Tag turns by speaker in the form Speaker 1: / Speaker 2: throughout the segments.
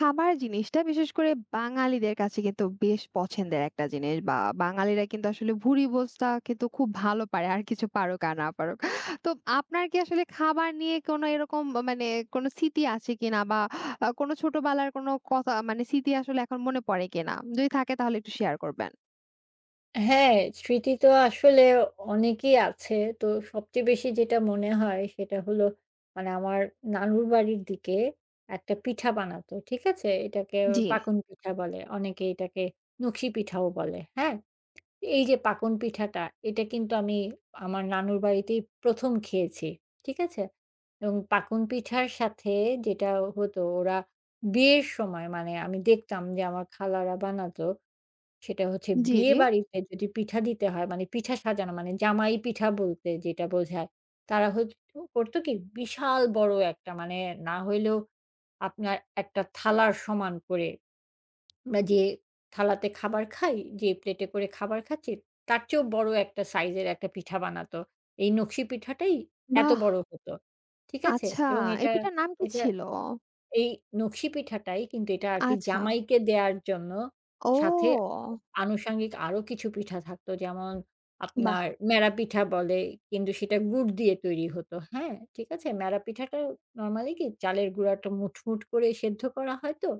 Speaker 1: খাবার জিনিসটা বিশেষ করে বাঙালিদের কাছে কিন্তু বেশ পছন্দের একটা জিনিস বা বাঙালিরা কিন্তু আসলে ভুরিভোজটা কিন্তু খুব ভালো পারে আর কিছু পারুক আর না পারুক। তো আপনার কি আসলে খাবার নিয়ে কোনো এরকম মানে কোনো স্মৃতি আছে কিনা বা কোনো ছোটবেলার কোনো কথা মানে স্মৃতি আসলে এখন মনে পড়ে কিনা? যদি থাকে তাহলে একটু শেয়ার করবেন।
Speaker 2: হ্যাঁ, স্মৃতি তো আসলে অনেকই আছে। তো সবচেয়ে বেশি যেটা মনে হয় সেটা হলো মানে আমার নানুর বাড়ির দিকে একটা পিঠা বানাতো। ঠিক আছে? এটাকে
Speaker 1: জি,
Speaker 2: পাকন পিঠা বলে। অনেকে এটাকে নকশি পিঠাও বলে। হ্যাঁ? এই যে পাকন পিঠাটা এটা কিন্তু আমি আমার নানুর বাড়িতেই ১ম খেয়েছি। ঠিক আছে? এবং পাকন পিঠার সাথে যেটা হতো ওরা বিয়ের সময় মানে আমি দেখতাম যে আমার খালারা বানাতো সেটা হচ্ছে
Speaker 1: জি, জি।
Speaker 2: বিয়েবাড়িতে যদি পিঠা দিতে হয়, মানে পিঠা সাজানো মানে জামাই পিঠা বলতে যেটা বোঝায়। তারা হচ্ছে করতো কি বিশাল বড় একটা মানে না হইলেও আপনার একটা থালার সমান করে আমরা যে থালাতে খাবার খাই, যে প্লেটে করে খাবার খাচ্ছি, তার চেয়েও বড় একটা সাইজের একটা পিঠা বানাতো। এই নকশি পিঠাটাই এত
Speaker 1: বাহ!
Speaker 2: বড় হতো। ঠিক আছে?
Speaker 1: আচ্ছা,
Speaker 2: এবং
Speaker 1: এই
Speaker 2: এটা,
Speaker 1: পিঠার নাম কি
Speaker 2: এটা
Speaker 1: ছিল?
Speaker 2: এই নকশি পিঠাটাই কিন্তু এটা আরকি
Speaker 1: আচ্ছা।
Speaker 2: জামাইকে দেয়ার জন্য
Speaker 1: ও!
Speaker 2: সাথে আনুষঙ্গিক আরো কিছু পিঠা থাকতো। যেমন
Speaker 1: বাহ!
Speaker 2: আপনার মেরা পিঠা বলে কিন্তু সেটা গুড় দিয়ে তৈরি হতো। হ্যাঁ? ঠিক আছে? মেরা পিঠাটা নরমালি কি চালের গুঁড়াটা মুঠ, মুঠ করে সেদ্ধ করা হয় তো?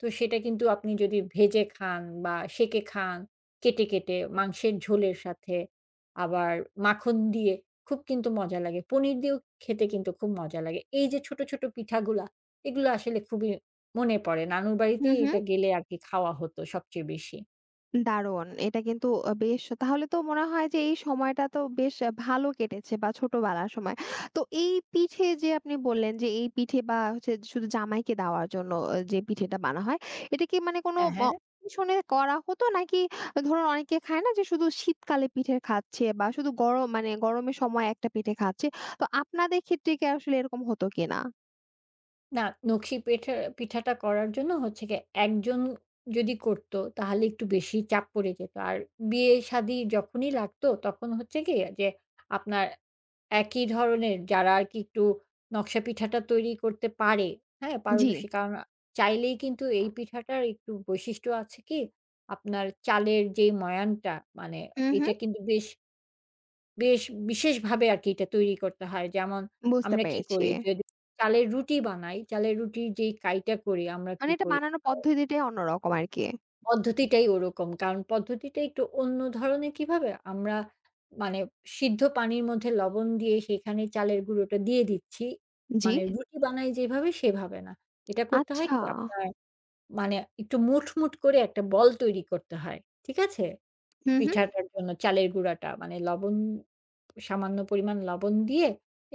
Speaker 2: তো সেটা কিন্তু আপনি যদি ভেজে খান বা সেঁকে খান, কেটে, কেটে মাংসের ঝোলের সাথে আবার মাখন দিয়ে খুব কিন্তু মজা লাগে। পনির দিয়েও খেতে কিন্তু খুব মজা লাগে। এই যে ছোট, ছোট পিঠাগুলা, এগুলো আসলে খুবই মনে পড়ে। নানুর
Speaker 1: হু,
Speaker 2: বাড়িতেই
Speaker 1: হু।
Speaker 2: এটা গেলে আরকি খাওয়া হতো সবচেয়ে বেশি।
Speaker 1: দারুণ। এটা কিন্তু বেশ তাহলে তো মনে হয় যে এই সময়টা তো বেশ ভালো কেটেছে বা ছোটবেলার সময়। তো এই পিঠে যে আপনি বললেন যে এই পিঠে বা হচ্ছে শুধু জামাইকে দেওয়ার জন্য যে পিঠেটা বানা হয়, এটা কি মানে কোনো
Speaker 2: হ্যাঁ, হ্যাঁ।
Speaker 1: অকেশনে করা হতো নাকি ধরুন অনেকে খায় না যে শুধু শীতকালে পিঠে খাচ্ছে বা শুধু গরম মানে গরমের সময় একটা পিঠে খাচ্ছে। তো আপনাদের ক্ষেত্রে কি আসলে এরকম হতো কিনা?
Speaker 2: না, নকশি পিঠাটা করার জন্য হচ্ছে গিয়ে একজন যদি করত তাহলে একটু বেশি চাপ পড়ে যেত। আর বিয়ে-শাদী যখনই লাগতো তখন হচ্ছে কি যে আপনার একই ধরনের যারা আরকি একটু নকশা পিঠাটা তৈরি করতে পারে, হ্যাঁ?
Speaker 1: জি।
Speaker 2: পারদর্শী। কারণ চাইলেই কিন্তু এই পিঠাটার একটু বৈশিষ্ট্য আছে কি, আপনার চালের যেই ময়ানটা মানে
Speaker 1: হুম, হুম।
Speaker 2: এটা কিন্তু বেশ, বেশ বিশেষভাবে আরকি এটা তৈরি করতে হয়। যেমন
Speaker 1: বুঝতে
Speaker 2: আমরা কি
Speaker 1: পেরেছি।
Speaker 2: করি যদি চালের রুটি বানাই, চালের রুটির যেই কাইটা করি আমরা
Speaker 1: মানে
Speaker 2: কি
Speaker 1: এটা
Speaker 2: করি
Speaker 1: বানানোর পদ্ধতিটাই অন্যরকম আরকি।
Speaker 2: পদ্ধতিটাই ওরকম। কারণ পদ্ধতিটা একটু অন্য ধরনের কিভাবে? আমরা মানে সিদ্ধ পানির মধ্যে লবণ দিয়ে সেখানে চালের গুঁড়োটা দিয়ে দিচ্ছি।
Speaker 1: জি।
Speaker 2: মানে রুটি বানাই যেভাবে সেভাবে না। এটা করতে হয়
Speaker 1: আচ্ছা।
Speaker 2: কি আপনার মানে একটু মুঠ, মুঠ করে একটা বল তৈরি করতে হয়। ঠিক আছে?
Speaker 1: হুম, হুম।
Speaker 2: পিঠাটার জন্য চালের গুঁড়াটা মানে লবণ সামান্য পরিমাণ লবণ দিয়ে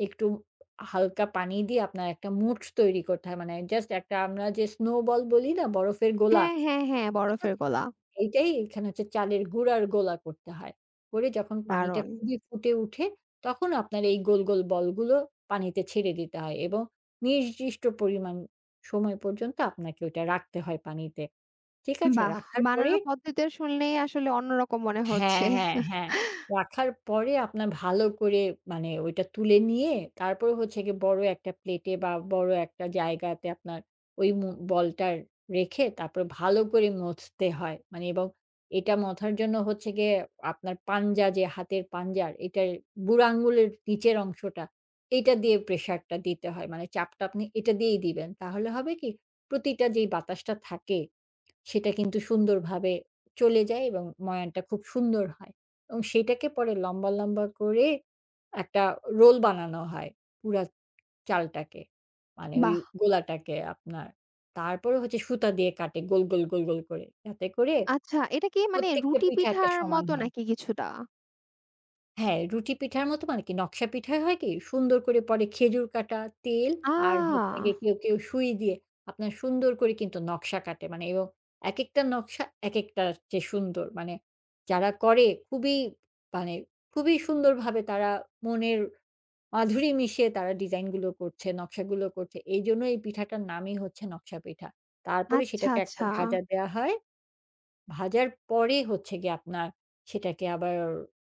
Speaker 2: একটু হালকা পানি দিয়ে আপনার একটা মুঠ তৈরি করতে হয়। মানে জাস্ট একটা আমরা যে স্নো বল বলি না বরফের গোলা?
Speaker 1: হ্যাঁ, হ্যাঁ, হ্যাঁ,
Speaker 2: ঠিক
Speaker 1: বরফের
Speaker 2: আছে,
Speaker 1: গোলা।
Speaker 2: ঠিক এইটাই এখানে হচ্ছে চালের গুঁড়ার গোলা করতে হয়। করে যখন পানিটা
Speaker 1: দারুণ!
Speaker 2: খুবই ফুটে উঠে, তখন আপনার এই গোল, গোল বলগুলো পানিতে ছেড়ে দিতে হয় এবং নির্দিষ্ট পরিমাণ সময় পর্যন্ত আপনাকে ওটা রাখতে হয় পানিতে। ঠিক আছে?
Speaker 1: বাহ!
Speaker 2: রাখার পরে
Speaker 1: বানানোর পদ্ধতিটা শুনলেই আসলে অন্যরকম মনে
Speaker 2: হ্যাঁ,
Speaker 1: হচ্ছে।
Speaker 2: হ্যাঁ, হ্যাঁ। রাখার পরে আপনার ভালো করে মানে ওইটা তুলে নিয়ে তারপরে হচ্ছে গিয়ে বড় একটা প্লেটে বা বড় একটা জায়গাতে আপনার ওই বলটা রেখে তারপরে ভালো করে মথতে হয়। মানে এবং এটা মথার জন্য হচ্ছে গিয়ে আপনার পাঞ্জা যে হাতের পাঞ্জার এটার বুড়ো আঙুলের নিচের অংশটা এইটা দিয়ে প্রেশারটা দিতে হয়। মানে চাপটা আপনি এটা দিয়েই দিবেন। তাহলে হবে কি প্রতিটা যেই বাতাসটা থাকে সেটা কিন্তু সুন্দরভাবে চলে যায় এবং ময়ানটা খুব সুন্দর হয় এবং সেটাকে পরে লম্বা, লম্বা করে একটা রোল বানানো হয় পুরা চালটাকে। মানে ওই
Speaker 1: বাহ!
Speaker 2: গোলাটাকে আপনার। তারপরে হচ্ছে সুতা দিয়ে কাটে গোল, গোল, গোল, গোল করে। যাতে করে
Speaker 1: আচ্ছা, এটা কি মানে
Speaker 2: প্রত্যেকটা
Speaker 1: রুটি
Speaker 2: পিঠা একটা
Speaker 1: পিঠার
Speaker 2: সমান
Speaker 1: মতো
Speaker 2: হয়।
Speaker 1: নাকি কিছুটা?
Speaker 2: হ্যাঁ, রুটি পিঠার মতো মানে কি নকশা পিঠায় হয় কি সুন্দর করে পরে খেজুর কাটা, তেল আর হচ্ছে
Speaker 1: আ!
Speaker 2: গিয়ে কেউ, কেউ সুই দিয়ে আপনার সুন্দর করে কিন্তু নকশা কাটে। মানে এবং একেকটা নকশা একেকটার চেয়ে সুন্দর। মানে যারা করে খুবই মানে খুবই সুন্দরভাবে তারা মনের মাধুরী মিশিয়ে তারা ডিজাইন গুলো করছে, নকশাগুলো করছে। এইজন্য এই পিঠাটার নামই হচ্ছে নকশা পিঠা। তারপরে
Speaker 1: আচ্ছা,
Speaker 2: সেটাকে একটা
Speaker 1: আচ্ছা।
Speaker 2: ভাজা দেয়া হয় ভাজার পরে হচ্ছে গিয়ে আপনার সেটাকে আবার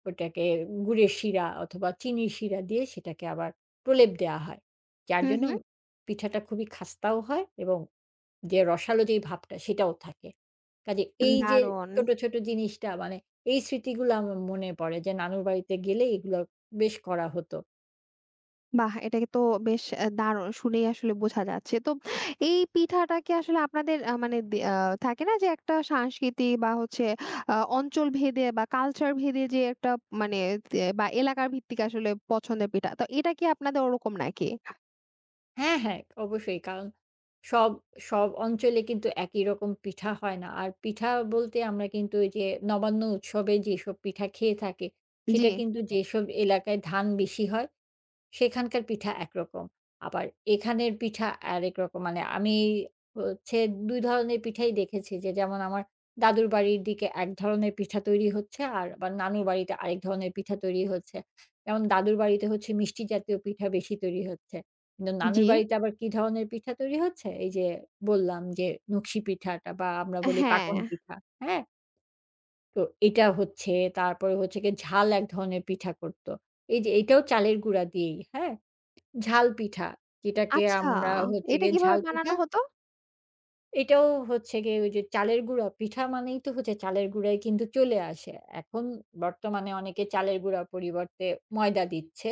Speaker 2: ওটাকে গুড়ের শিরা অথবা চিনির শিরা দিয়ে সেটাকে আবার প্রলেপ দেওয়া হয়। যার
Speaker 1: হুম,
Speaker 2: জন্য
Speaker 1: হুম।
Speaker 2: পিঠাটা খুবই খাস্তাও হয় এবং যে রসালো যেই ভাবটা সেটাও থাকে। কাজে এই যে
Speaker 1: দারুণ!
Speaker 2: ছোট, ছোট জিনিসটা মানে এই স্মৃতিগুলো আমার মনে পড়ে যে নানুর বাড়িতে গেলে এগুলো বেশ করা হতো।
Speaker 1: বাহ! এটা তো বেশ দারুণ শুনেই আসলে বোঝা যাচ্ছে। তো এই পিঠাটা কি আসলে আপনাদের মানে দে আ থাকে না যে একটা সংস্কৃতি বা হচ্ছে অঞ্চল ভেদে বা কালচার ভেদে যে একটা মানে তে বা এলাকার ভিত্তিক আসলে পছন্দের পিঠা। তো এটা কি আপনাদের ওরকম নাকি?
Speaker 2: হ্যাঁ, হ্যাঁ, অবশ্যই। কারণ সব, সব অঞ্চলে কিন্তু একই রকম পিঠা হয় না। আর পিঠা বলতে আমরা কিন্তু ওই যে নবান্ন উৎসবে যেসব পিঠা খেয়ে থাকি,
Speaker 1: জি,
Speaker 2: সেটা কিন্তু যেসব এলাকায় ধান বেশি হয় সেখানকার পিঠা একরকম। আবার এখানের পিঠা আরেক রকম। মানে আমি হচ্ছে ২ ধরনের পিঠাই দেখেছি যে যেমন আমার দাদুর বাড়ির দিকে এক ধরনের পিঠা তৈরি হচ্ছে আর আবার নানুর বাড়িতে আরেক ধরনের পিঠা তৈরি হচ্ছে। যেমন দাদুর বাড়িতে হচ্ছে মিষ্টি জাতীয় পিঠা বেশি তৈরি হচ্ছে। কিন্তু নানুর
Speaker 1: জি।
Speaker 2: বাড়িতে আবার কি ধরনের পিঠা তৈরি হচ্ছে? এই যে বললাম যে নকশি পিঠাটা বা আমরা বলি
Speaker 1: হ্যাঁ।
Speaker 2: পাকন পিঠা, হ্যাঁ? তো এটা হচ্ছে, তারপরে হচ্ছে গিয়ে ঝাল এক ধরনের পিঠা করত। এই যে এটাও চালের গুঁড়া দিয়েই, হ্যাঁ? ঝাল পিঠা, যেটাকে
Speaker 1: আচ্ছা,
Speaker 2: আমরা হচ্ছে
Speaker 1: এটা
Speaker 2: গিয়ে
Speaker 1: কিভাবে
Speaker 2: ঝাল পিঠা,
Speaker 1: বানানো হতো?
Speaker 2: এটাও হচ্ছে গিয়ে ওই যে চালের গুঁড়া, পিঠা মানেই তো হচ্ছে চালের গুঁড়াই কিন্তু চলে আসে। এখন বর্তমানে অনেকে চালের গুঁড়ার পরিবর্তে ময়দা দিচ্ছে,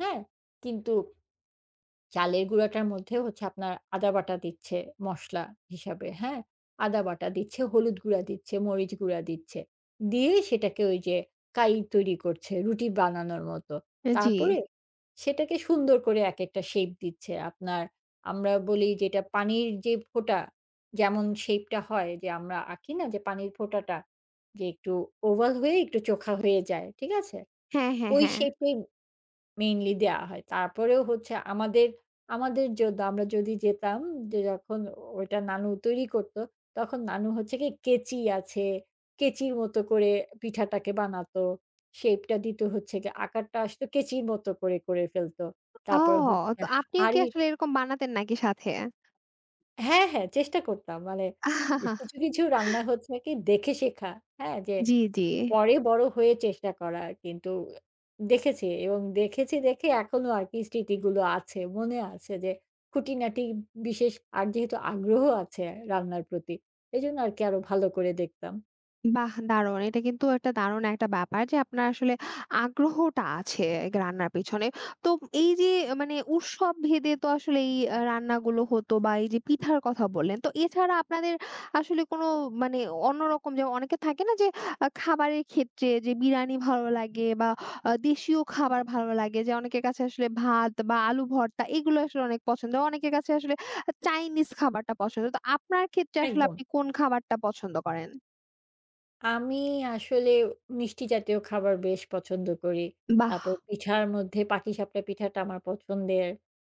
Speaker 2: হ্যাঁ? কিন্তু চালের গুঁড়াটার মধ্যে হচ্ছে আপনার আদা বাটা দিচ্ছে মসলা হিসাবে, হ্যাঁ? আদা বাটা দিচ্ছে, হলুদ গুঁড়া দিচ্ছে, মরিচ গুঁড়া দিচ্ছে। দিয়ে সেটাকে ওই যে কাই তৈরি করছে রুটি বানানোর মতো।
Speaker 1: জি।
Speaker 2: তারপরে সেটাকে সুন্দর করে একেকটা শেপ দিচ্ছে। আপনার আমরা বলি যেটা পানির যে ফোঁটা যেমন শেপটা হয় যে আমরা আঁকি না যে পানির ফোঁটাটা যে একটু ওভাল হয়ে একটু চোখা হয়ে যায়, ঠিক আছে?
Speaker 1: হ্যাঁ, হ্যাঁ,
Speaker 2: ওই
Speaker 1: হ্যাঁ।
Speaker 2: শেপেই মেইনলি দেয়া হয়। তারপরেও হচ্ছে আমাদের, আমাদের জন্য আমরা যদি যেতাম যে যখন ওইটা নানু তৈরি করত, তখন নানু হচ্ছে গিয়ে কেচি আছে, কেচির মতো করে পিঠাটাকে বানাতো। শেপটা দিত হচ্ছে গিয়ে আকারটা আসতো কেচির মতো করে, করে ফেলত।
Speaker 1: ও!
Speaker 2: তারপর হচ্ছে
Speaker 1: তো আপনিও কি
Speaker 2: হাঁড়ি
Speaker 1: আসলে এরকম বানাতেন নাকি সাথে?
Speaker 2: হ্যাঁ, হ্যাঁ চেষ্টা করতাম। মানে কিছু, কিছু রান্না হচ্ছে কি দেখে শেখা। হ্যাঁ? যে
Speaker 1: জি, জি।
Speaker 2: পরে বড় হয়ে চেষ্টা করা কিন্তু দেখেছি এবং দেখেছি দেখে এখনো আরকি স্মৃতিগুলো আছে। মনে আছে যে খুঁটিনাটি বিশেষ আর যেহেতু আগ্রহ আছে রান্নার প্রতি, এজন্য আরকি আরো ভালো করে দেখতাম।
Speaker 1: বাহ! দারুণ। এটা কিন্তু একটা দারুণ একটা ব্যাপার যে আপনার আসলে আগ্রহটা আছে রান্নার পেছনে। তো এই যে মানে উৎসব ভেদে তো আসলে এই রান্নাগুলো হতো বা এই যে পিঠার কথা বললেন। তো এছাড়া আপনাদের আসলে কোনো মানে অন্যরকম যেমন অনেকে থাকে না যে খাবারের ক্ষেত্রে যে বিরিয়ানি ভালো লাগে বা দেশীয় খাবার ভালো লাগে যে অনেকের কাছে আসলে ভাত বা আলু ভর্তা এগুলো আসলে অনেক পছন্দ। অনেকের কাছে আসলে চাইনিজ খাবারটা পছন্দ। তো আপনার ক্ষেত্রে আসলে
Speaker 2: একদম।
Speaker 1: আপনি কোন খাবারটা পছন্দ করেন?
Speaker 2: আমি আসলে মিষ্টি জাতীয় খাবার বেশ পছন্দ করি।
Speaker 1: বাহ!
Speaker 2: তারপর পিঠার মধ্যে পাটিসাপটা পিঠাটা আমার পছন্দের।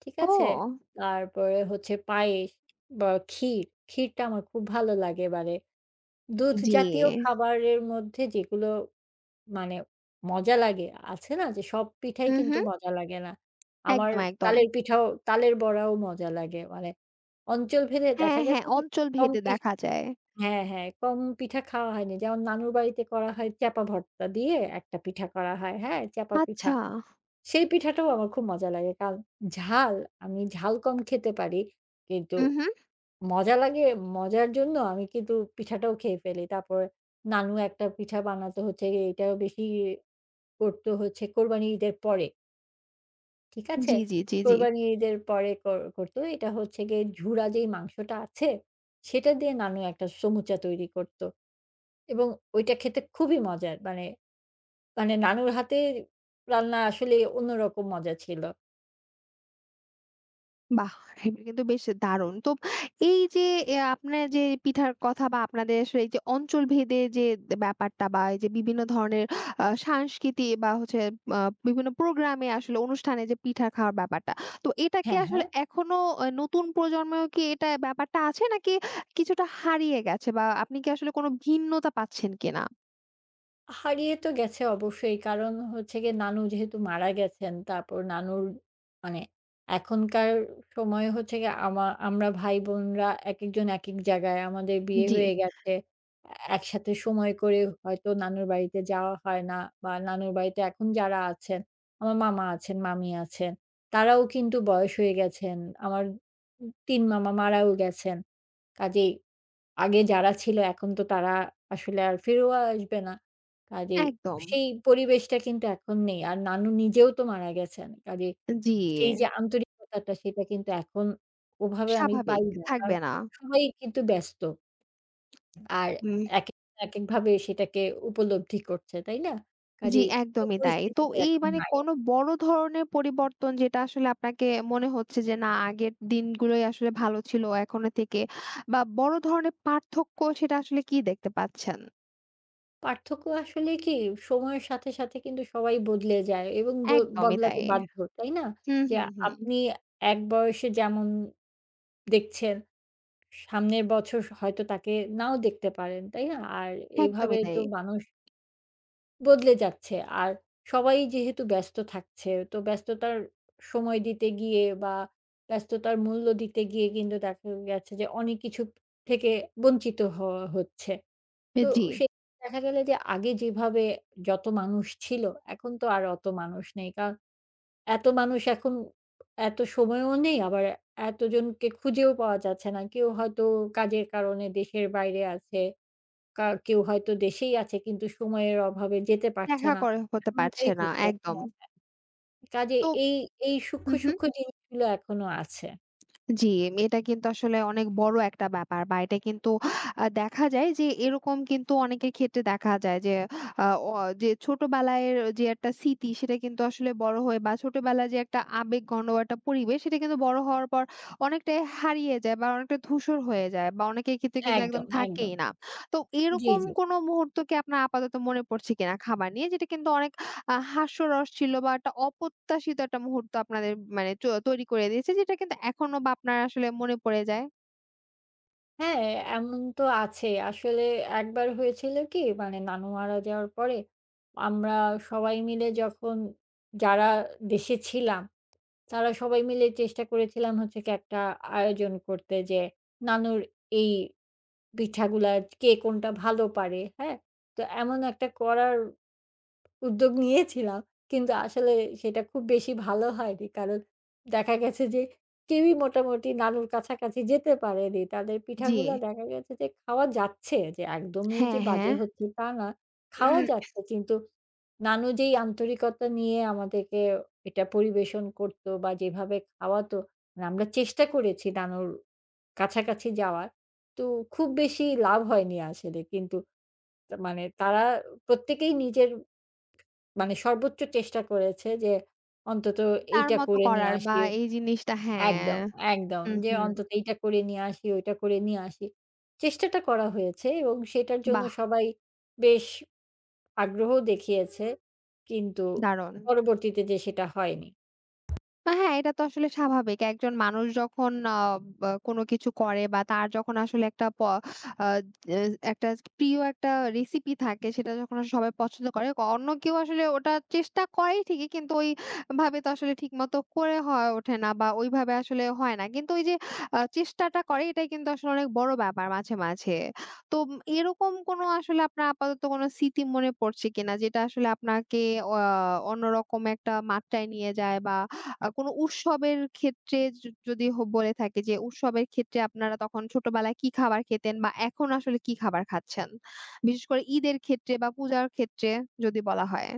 Speaker 2: ঠিক আছে?
Speaker 1: ও!
Speaker 2: তারপরে হচ্ছে পায়েস বা ক্ষীর। ক্ষীরটা আমার খুব ভালো লাগে এবারে। দুধ
Speaker 1: জি।
Speaker 2: জাতীয় খাবারের মধ্যে যেগুলো মানে মজা লাগে, আছে না যে সব পিঠাই
Speaker 1: হু, হু।
Speaker 2: কিন্তু মজা লাগে না। আমার
Speaker 1: একদম, একদম।
Speaker 2: তালের পিঠাও তালের বড়াও মজা লাগে। মানে অঞ্চল ভেদে দেখা
Speaker 1: হ্যাঁ,
Speaker 2: গেছে
Speaker 1: হ্যাঁ,
Speaker 2: যে কম
Speaker 1: অঞ্চলভেদে
Speaker 2: পি
Speaker 1: দেখা যায়।
Speaker 2: হ্যাঁ, হ্যাঁ, কম পিঠা খাওয়া হয়নি। যেমন নানুর বাড়িতে করা হয় চ্যাপা ভর্তা দিয়ে একটা পিঠা করা হয়, হ্যাঁ? চ্যাপা পিঠা।
Speaker 1: আচ্ছা।
Speaker 2: সেই পিঠাটাও আমার খুব মজা লাগে। কারণ ঝাল, আমি ঝাল কম খেতে পারি কিন্তু
Speaker 1: হু, হু।
Speaker 2: মজা লাগে, মজার জন্য আমি কিন্তু পিঠাটাও খেয়ে ফেলি। তারপরে নানু একটা পিঠা বানাতো হচ্ছে গিয়ে এটাও বেশি করতো হচ্ছে কোরবানি ঈদের পরে। ঠিক আছে?
Speaker 1: জি, জি, জি, জি।
Speaker 2: কোরবানি ঈদের পরে করতো। এটা হচ্ছে গিয়ে ঝুরা যেই মাংসটা আছে, সেটা দিয়ে নানু একটা সমুচা তৈরি করতো এবং ওইটা খেতে খুবই মজার। মানে মানে নানুর হাতে রান্না আসলে অন্যরকম মজা ছিল।
Speaker 1: বাহ! এটা কিন্তু বেশ দারুণ। তো এই যে আপনার যে পিঠার কথা বা আপনাদের আসলে এই যে অঞ্চল ভেদে যে ব্যাপারটা বা এই যে বিভিন্ন ধরনের সংস্কৃতি বা হচ্ছে আ বিভিন্ন প্রোগ্রামে আসলে অনুষ্ঠানে যে পিঠা খাওয়ার ব্যাপারটা। তো এটা কি
Speaker 2: হ্যাঁ, হ্যাঁ।
Speaker 1: আসলে এখনো নতুন প্রজন্মেও কি এটা ব্যাপারটা আছে নাকি কিছুটা হারিয়ে গেছে বা আপনি কি আসলে কোনো ভিন্নতা পাচ্ছেন কিনা?
Speaker 2: হারিয়ে তো গেছে অবশ্যই। কারণ হচ্ছে গিয়ে নানু যেহেতু মারা গেছেন, তারপর নানুর মানে এখনকার সময়ে হচ্ছে গিয়ে আমরা ভাই-বোনরা একেকজন একেক জায়গায়। আমাদের বিয়ে
Speaker 1: জি,
Speaker 2: হয়ে গেছে। এ একসাথে সময় করে হয়তো নানুর বাড়িতে যাওয়া হয় না বা নানুর বাড়িতে এখন যারা আছেন, আমার মামা আছেন, মামি আছেন, তারাও কিন্তু বয়স হয়ে গেছেন। আমার ৩ মামা মারাও গেছেন। কাজেই আগে যারা ছিল এখন তো তারা আসলে আর ফিরেও আসবে না। কাজেই
Speaker 1: একদম।
Speaker 2: সেই পরিবেশটা কিন্তু এখন নেই। আর নানু নিজেও তো মারা গেছেন। কাজেই
Speaker 1: জি,
Speaker 2: সেই যে আন্তরিকতাটা সেটা কিন্তু এখন ওভাবে আমি পাই
Speaker 1: স্বাভাবিক
Speaker 2: না। কারণ
Speaker 1: থাকবে না।
Speaker 2: সবাই কিন্তু ব্যস্ত। আর
Speaker 1: হুম।
Speaker 2: একেক একেকভাবে সেটাকে উপলব্ধি করছে, তাই না?
Speaker 1: জি,
Speaker 2: কাজেই সেই
Speaker 1: একদমই তাই। তো
Speaker 2: পরিস্থিতিটা
Speaker 1: এই
Speaker 2: এখন
Speaker 1: মানে
Speaker 2: নাই।
Speaker 1: কোনো বড় ধরনের পরিবর্তন যেটা আসলে আপনাকে মনে হচ্ছে যে না আগের দিনগুলোই আসলে ভালো ছিল এখনের থেকে বা বড় ধরনের পার্থক্য সেটা আসলে কি দেখতে পাচ্ছেন?
Speaker 2: পার্থক্য আসলে কি সময়ের সাথে, সাথে কিন্তু সবাই বদলে যায় এবং
Speaker 1: একদমই
Speaker 2: বদলাতে
Speaker 1: তাই।
Speaker 2: বাধ্য, তাই না?
Speaker 1: হুম,
Speaker 2: যে
Speaker 1: হুম, হুম।
Speaker 2: আপনি এক বয়সে যেমন দেখছেন। সামনের বছর হয়তো তাকে নাও দেখতে পারেন, তাই না? আর এভাবে
Speaker 1: একদমই তাই।
Speaker 2: তো মানুষ বদলে যাচ্ছে। আর সবাই যেহেতু ব্যস্ত থাকছে, তো ব্যস্ততার সময় দিতে গিয়ে বা ব্যস্ততার মূল্য দিতে গিয়ে কিন্তু দেখা গেছে যে অনেক কিছু থেকে বঞ্চিত হওয়া হচ্ছে। তো
Speaker 1: জি,
Speaker 2: সেই দেখা গেল যে আগে যেভাবে যত মানুষ ছিল, এখন তো আর অত মানুষ নেই। কারণ এত মানুষ এখন এত সময়ও নেই, আবার এতজনকে খুঁজেও পাওয়া যাচ্ছে না। কেউ হয়তো কাজের কারণে দেশের বাইরে আছে, কেউ হয়তো দেশেই আছে কিন্তু সময়ের অভাবে যেতে পারছে
Speaker 1: দেখা
Speaker 2: না।
Speaker 1: করে হতে
Speaker 2: এমনটাই
Speaker 1: পারছে না।
Speaker 2: হচ্ছে।
Speaker 1: একদম।
Speaker 2: হ্যাঁ, কাজে
Speaker 1: তো
Speaker 2: এই, এই
Speaker 1: হুম,
Speaker 2: সূক্ষ্ম,
Speaker 1: হুম।
Speaker 2: সূক্ষ্ম জিনিসগুলো এখনো আছে।
Speaker 1: জি, এটা কিন্তু আসলে অনেক বড় একটা ব্যাপার বা এটা কিন্তু দেখা যায় যে এরকম কিন্তু অনেকের ক্ষেত্রে দেখা যায় যে আ অ যে ছোটবেলায় যে একটা স্মৃতি সেটা কিন্তু আসলে বড় হয়ে বা ছোটবেলায় যে একটা আবেগঘন একটা পরিবেশ সেটা কিন্তু বড় হওয়ার পর অনেকটাই হারিয়ে যায় বা অনেকটা ধূসর হয়ে যায় বা অনেকের ক্ষেত্রে কিন্তু একদম
Speaker 2: একদম, একদম।
Speaker 1: থাকেই না। তো
Speaker 2: জি,
Speaker 1: এরকম
Speaker 2: জি।
Speaker 1: কোনো মুহূর্ত কি আপনার আপাতত মনে পড়ছে কিনা খাবার নিয়ে? যেটা কিন্তু অনেক হাস্যরস ছিল বা একটা অপ্রত্যাশিত একটা মুহূর্ত আপনাদের মানে তৈরি করে দিয়েছে যেটা কিন্তু এখনো বা আপনার আসলে মনে পড়ে যায়।
Speaker 2: হ্যাঁ, এমন তো আছেই। আসলে একবার হয়েছিল কি মানে নানু মারা যাওয়ার পরে আমরা সবাই মিলে যখন যারা দেশে ছিলাম তারা সবাই মিলে চেষ্টা করেছিলাম হচ্ছে কি একটা আয়োজন করতে যে নানুর এই পিঠাগুলা কে কোনটা ভালো পারে, হ্যাঁ? তো এমন একটা করার উদ্যোগ নিয়েছিলাম। কিন্তু আসলে সেটা খুব বেশি ভালো হয়নি। কারণ দেখা গেছে যে কেউই মোটামুটি নানুর কাছাকাছি যেতে পারেনি। তাদের
Speaker 1: জি।
Speaker 2: পিঠাগুলা দেখা গেছে যে খাওয়া যাচ্ছে, যে একদমই যে
Speaker 1: হ্যাঁ, হ্যাঁ।
Speaker 2: বাজে হচ্ছে তা না। খাওয়া যাচ্ছে কিন্তু নানু যেই আন্তরিকতা নিয়ে আমাদেরকে এটা পরিবেশন করত বা যেভাবে খাওয়াতো, মানে আমরা চেষ্টা করেছি নানুর কাছাকাছি যাওয়ার। তো খুব বেশি লাভ হয়নি আসলে। কিন্তু তা মানে তারা প্রত্যেকেই নিজের মানে সর্বোচ্চ চেষ্টা করেছে যে অন্তত
Speaker 1: তার
Speaker 2: এইটা
Speaker 1: মতো
Speaker 2: করে নিয়ে
Speaker 1: করার বা
Speaker 2: আসি
Speaker 1: এই জিনিসটা, হ্যাঁ।
Speaker 2: একদম, একদম।
Speaker 1: হুম,
Speaker 2: যে
Speaker 1: হুম।
Speaker 2: অন্তত এইটা করে নিয়ে আসি, ওইটা করে নিয়ে আসি। চেষ্টাটা করা হয়েছে এবং সেটার জন্য
Speaker 1: বাহ!
Speaker 2: সবাই বেশ আগ্রহ দেখিয়েছে। কিন্তু
Speaker 1: দারুণ।
Speaker 2: পরবর্তীতে যে সেটা হয়নি।
Speaker 1: হ্যাঁ, এটা তো আসলে স্বাভাবিক। একজন মানুষ যখন বা কোনো কিছু করে বা তার যখন আসলে একটা প আ এ একটা প্রিয় একটা রেসিপি থাকে, সেটা যখন আসলে সবাই পছন্দ করে, অন্য কেউ আসলে ওটা চেষ্টা করে ঠিকই কিন্তু ওইভাবে তো আসলে ঠিকমতো করে হয়ে ওঠে না বা ওইভাবে আসলে হয় না। কিন্তু ওই যে চেষ্টাটা করে এটাই কিন্তু আসলে অনেক বড় ব্যাপার মাঝে, মাঝে। তো এরকম কোনো আসলে আপনার আপাতত কোনো স্মৃতি মনে পড়ছে কিনা যেটা আসলে আপনাকে অ অন্যরকম একটা মাত্রায় নিয়ে যায় বা কোনো উৎসবের ক্ষেত্রে যদি বলে থাকি যে উৎসবের ক্ষেত্রে আপনারা তখন ছোটবেলায় কি খাবার খেতেন বা এখন আসলে কি খাবার খাচ্ছেন? বিশেষ করে ঈদের ক্ষেত্রে বা পূজার ক্ষেত্রে যদি বলা হয়।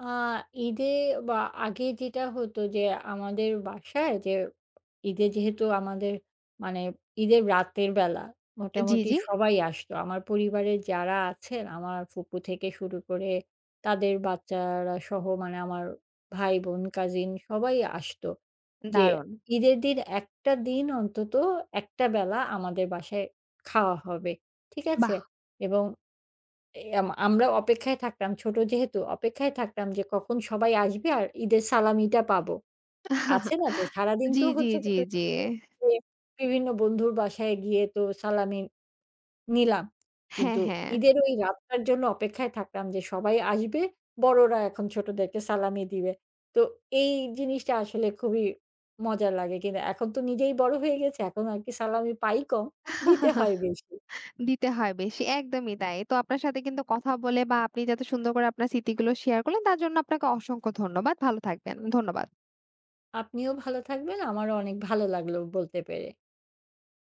Speaker 2: আ ঈদে বা আগে যেটা হতো যে আমাদের বাসায় যে ঈদে যেহেতু আমাদের মানে ঈদের রাতের বেলা
Speaker 1: জি,
Speaker 2: মোটামুটি
Speaker 1: জি,
Speaker 2: সবাই আসতো। আমার পরিবারে যারা আছেন, আমার ফুপু থেকে শুরু করে তাদের বাচ্চারা সহ মানে আমার ভাই-বোন, কাজিন সবাই আসতো। যে
Speaker 1: দারুণ।
Speaker 2: ঈদের দিন একটা দিন অন্তত একটা বেলা আমাদের বাসায় খাওয়া হবে। ঠিক আছে?
Speaker 1: বাহ!
Speaker 2: এবং এ আম আমরা অপেক্ষায় থাকতাম ছোট যেহেতু অপেক্ষায় থাকতাম যে কখন সবাই আসবে আর ঈদের সালামিটা পাবো। আছে না যে সারাদিন
Speaker 1: জি,
Speaker 2: তো
Speaker 1: জি,
Speaker 2: হচ্ছে কি
Speaker 1: জি,
Speaker 2: টুইট
Speaker 1: জি।
Speaker 2: করে করে বিভিন্ন বন্ধুর বাসায় গিয়ে তো সালামি নিলাম।
Speaker 1: হ্যাঁ,
Speaker 2: কিন্তু
Speaker 1: হ্যাঁ।
Speaker 2: ঈদের ওই রাতটার জন্য অপেক্ষায় থাকলাম যে সবাই আসবে, বড়রা এখন ছোটদেরকে সালামি দিবে। তো এই জিনিসটা আসলে খুবই মজা লাগে। কিন্তু এখন তো নিজেই বড় হয়ে গেছি। এখন আর কি সালামি পাই কম, দিতে হয় বেশি।
Speaker 1: দিতে হয় বেশি। একদমই তাই। তো আপনার সাথে কিন্তু কথা বলে বা আপনি যাতে সুন্দর করে আপনার স্মৃতিগুলো শেয়ার করলেন তার জন্য আপনাকে অসংখ্য ধন্যবাদ। ভালো থাকবেন। ধন্যবাদ।
Speaker 2: আপনিও ভালো থাকবেন। আমারও অনেক ভালো লাগলো বলতে পেরে।